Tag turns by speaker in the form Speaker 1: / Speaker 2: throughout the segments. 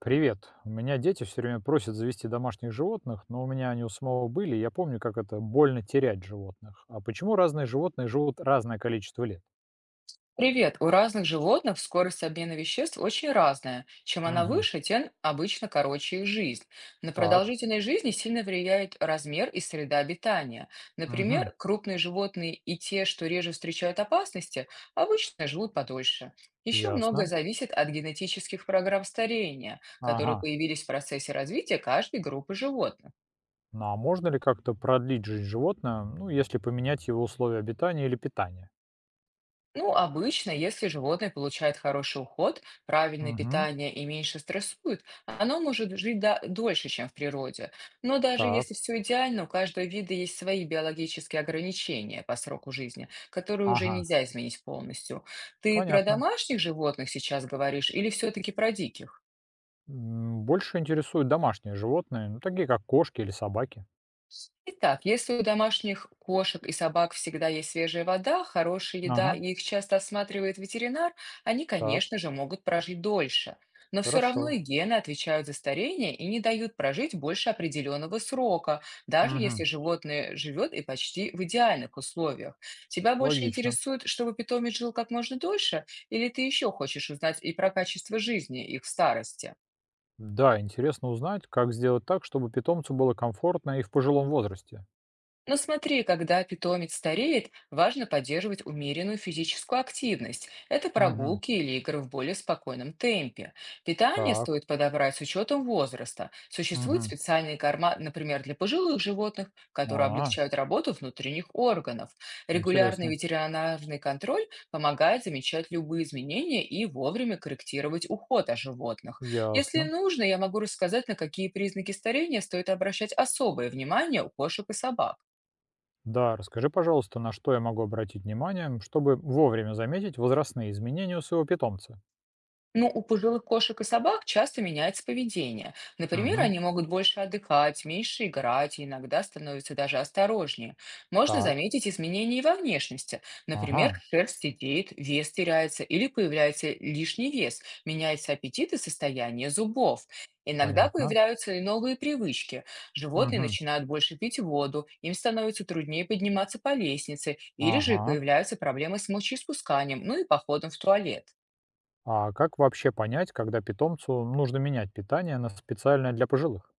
Speaker 1: Привет. У меня дети все время просят завести домашних животных, но у меня они у самого были, и я помню, как это больно терять животных. А почему разные животные живут разное количество лет?
Speaker 2: Привет! У разных животных скорость обмена веществ очень разная. Чем она
Speaker 1: Мгм.
Speaker 2: выше, тем обычно короче их жизнь. На
Speaker 1: Так.
Speaker 2: продолжительность жизни сильно влияет размер и среда обитания.
Speaker 1: Мгм.
Speaker 2: Например, крупные животные и те, что реже встречают опасности, обычно живут подольше. Еще многое
Speaker 1: Ясно.
Speaker 2: зависит от генетических программ старения,
Speaker 1: Ага.
Speaker 2: которые появились в процессе развития каждой группы животных.
Speaker 1: Ну а можно ли как-то продлить жизнь животного, ну, если поменять его условия обитания или питания?
Speaker 2: Ну, обычно, если животное получает хороший уход, правильное
Speaker 1: Мгм.
Speaker 2: питание и меньше стрессует, оно может жить дольше, чем в природе. Но даже
Speaker 1: Так,
Speaker 2: если все идеально, у каждого вида есть свои биологические ограничения по сроку жизни, которые уже
Speaker 1: ага,
Speaker 2: нельзя изменить полностью. Ты про
Speaker 1: понятно.
Speaker 2: домашних животных сейчас говоришь или все-таки про диких?
Speaker 1: М, больше интересуют домашние животные, ну, такие как кошки или собаки.
Speaker 2: Итак, если у домашних кошек и собак всегда есть свежая вода, хорошая еда
Speaker 1: Ага,
Speaker 2: и их часто осматривает ветеринар, они,
Speaker 1: так,
Speaker 2: конечно же, могут прожить дольше. Но все равно
Speaker 1: хорошо.
Speaker 2: и гены отвечают за старение и не дают прожить больше определенного срока, даже
Speaker 1: Мгм.
Speaker 2: если животное живет и почти в идеальных условиях. Тебя больше
Speaker 1: Логично.
Speaker 2: интересует, чтобы питомец жил как можно дольше, или ты еще хочешь узнать и про качество жизни их в старости?
Speaker 1: Да, интересно узнать, как сделать так, чтобы питомцу было комфортно и в пожилом возрасте.
Speaker 2: Но смотри, когда питомец стареет, важно поддерживать умеренную физическую активность. Это
Speaker 1: Мгм.
Speaker 2: прогулки или игры в более спокойном темпе. Питание
Speaker 1: Так.
Speaker 2: стоит подобрать с учетом возраста. Существуют
Speaker 1: Мгм.
Speaker 2: специальные корма, например, для пожилых животных, которые
Speaker 1: А,
Speaker 2: облегчают работу внутренних органов. Регулярный
Speaker 1: интересно.
Speaker 2: ветеринарный контроль помогает замечать любые изменения и вовремя корректировать уход о животных. Если
Speaker 1: Ясно.
Speaker 2: нужно, я могу рассказать, на какие признаки старения стоит обращать особое внимание у кошек и собак.
Speaker 1: Да, расскажи, пожалуйста, на что я могу обратить внимание, чтобы вовремя заметить возрастные изменения у своего питомца.
Speaker 2: Ну, у пожилых кошек и собак часто меняется поведение. Например,
Speaker 1: Мгм.
Speaker 2: они могут больше отдыхать, меньше играть и иногда становятся даже осторожнее. Можно
Speaker 1: Так.
Speaker 2: заметить изменения и во внешности.
Speaker 1: Ага,
Speaker 2: Например, шерсть сидеет, вес теряется или появляется лишний вес, меняется аппетит и состояние зубов. Иногда
Speaker 1: понятно.
Speaker 2: появляются и новые привычки. Животные
Speaker 1: Мгм.
Speaker 2: начинают больше пить воду, им становится труднее подниматься по лестнице, или же
Speaker 1: Ага.
Speaker 2: появляются проблемы с мочеиспусканием, ну и походом в туалет.
Speaker 1: А как вообще понять, когда питомцу нужно менять питание на специальное для пожилых?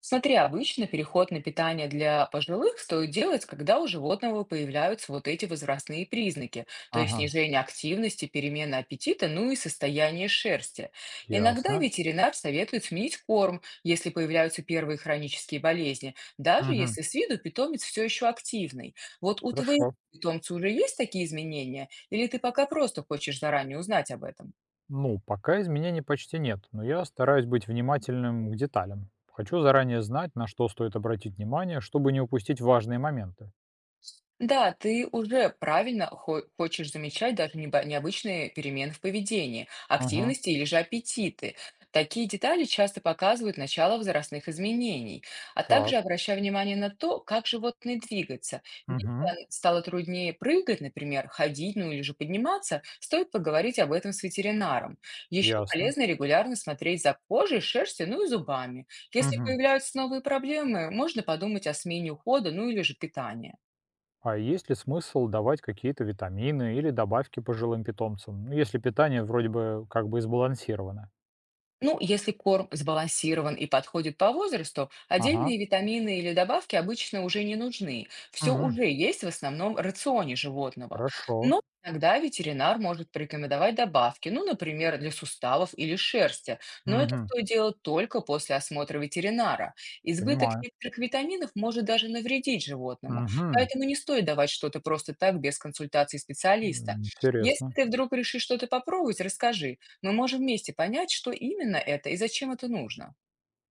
Speaker 2: Смотри, обычно переход на питание для пожилых стоит делать, когда у животного появляются вот эти возрастные признаки, то есть
Speaker 1: Ага,
Speaker 2: снижение активности, перемена аппетита, ну и состояние шерсти. Иногда
Speaker 1: ясно.
Speaker 2: ветеринар советует сменить корм, если появляются первые хронические болезни, даже
Speaker 1: Мгм.
Speaker 2: если с виду питомец все еще активный. Вот у твоего
Speaker 1: Хорошо.
Speaker 2: питомца уже есть такие изменения, или ты пока просто хочешь заранее узнать об этом?
Speaker 1: Ну, пока изменений почти нет, но я стараюсь быть внимательным к деталям. Хочу заранее знать, на что стоит обратить внимание, чтобы не упустить важные моменты.
Speaker 2: Да, ты уже правильно хочешь замечать даже необычные перемены в поведении,
Speaker 1: Ага,
Speaker 2: активности или же аппетиты. Такие детали часто показывают начало возрастных изменений, а
Speaker 1: так.
Speaker 2: также обращай внимание на то, как животные двигаются.
Speaker 1: Угу.
Speaker 2: Если стало труднее прыгать, например, ходить, ну или же подниматься, стоит поговорить об этом с ветеринаром. Еще
Speaker 1: Ясно.
Speaker 2: полезно регулярно смотреть за кожей, шерстью, ну и зубами. Если
Speaker 1: Мгм.
Speaker 2: появляются новые проблемы, можно подумать о смене ухода, ну или же питания.
Speaker 1: А есть ли смысл давать какие-то витамины или добавки пожилым питомцам, ну, если питание вроде бы как бы сбалансировано?
Speaker 2: Ну, если корм сбалансирован и подходит по возрасту,
Speaker 1: Ага.
Speaker 2: отдельные витамины или добавки обычно уже не нужны. Все
Speaker 1: М,
Speaker 2: уже есть в основном рационе животного.
Speaker 1: хорошо.
Speaker 2: Но иногда ветеринар может порекомендовать добавки, ну, например, для суставов или шерсти. Но это
Speaker 1: Мгм.
Speaker 2: стоит делать только после осмотра ветеринара. Избыток
Speaker 1: Понимаю.
Speaker 2: некоторых витаминов может даже навредить животному.
Speaker 1: Угу.
Speaker 2: Поэтому не стоит давать что-то просто так без консультации специалиста. Если
Speaker 1: Интересно.
Speaker 2: ты вдруг решишь что-то попробовать, расскажи, мы можем вместе понять, что именно это и зачем это нужно.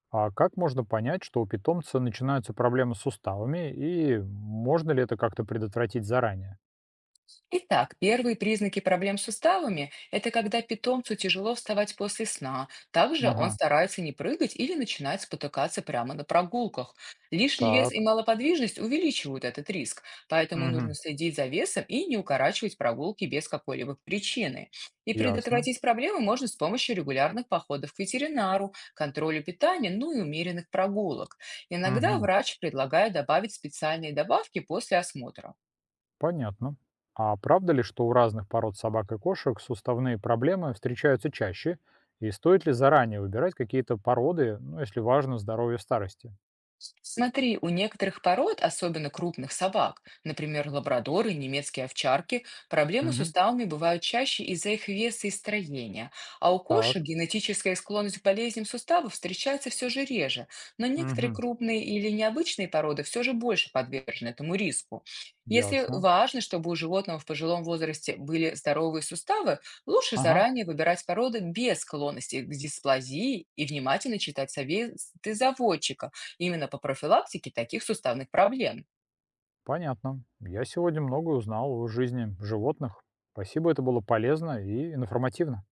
Speaker 1: А как можно понять, что у питомца начинаются проблемы с суставами, и можно ли это как-то предотвратить заранее?
Speaker 2: Итак, первые признаки проблем с суставами– это когда питомцу тяжело вставать после сна. Также он
Speaker 1: Ага,
Speaker 2: старается не прыгать или начинает спотыкаться прямо на прогулках. Лишний вес и
Speaker 1: так,
Speaker 2: малоподвижность увеличивают этот риск, поэтому нужно
Speaker 1: мгм,
Speaker 2: следить за весом и не укорачивать прогулки без какой-либо причины. И
Speaker 1: ясно,
Speaker 2: предотвратить проблемы можно с помощью регулярных походов к ветеринару, контроля питания, ну и умеренных прогулок. Иногда
Speaker 1: мгм,
Speaker 2: врач предлагает добавить специальные добавки после осмотра.
Speaker 1: понятно. А правда ли, что у разных пород собак и кошек суставные проблемы встречаются чаще? И стоит ли заранее выбирать какие-то породы, ну, если важно здоровье в старости?
Speaker 2: Смотри, у некоторых пород, особенно крупных собак, например, лабрадоры немецкие овчарки, проблемы с
Speaker 1: Мгм,
Speaker 2: суставами бывают чаще из-за их веса и строения. А у
Speaker 1: так,
Speaker 2: кошек генетическая склонность к болезням суставов встречается все же реже, но некоторые
Speaker 1: мгм,
Speaker 2: крупные или необычные породы все же больше подвержены этому риску. Если
Speaker 1: ясно.
Speaker 2: важно, чтобы у животного в пожилом возрасте были здоровые суставы, лучше
Speaker 1: Ага.
Speaker 2: заранее выбирать породы без склонности к дисплазии и внимательно читать советы заводчика, именно по профилактике таких суставных проблем.
Speaker 1: Понятно. Я сегодня многое узнал о жизни животных. Спасибо, это было полезно и информативно.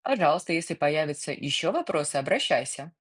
Speaker 2: Пожалуйста, если появятся еще вопросы, обращайся.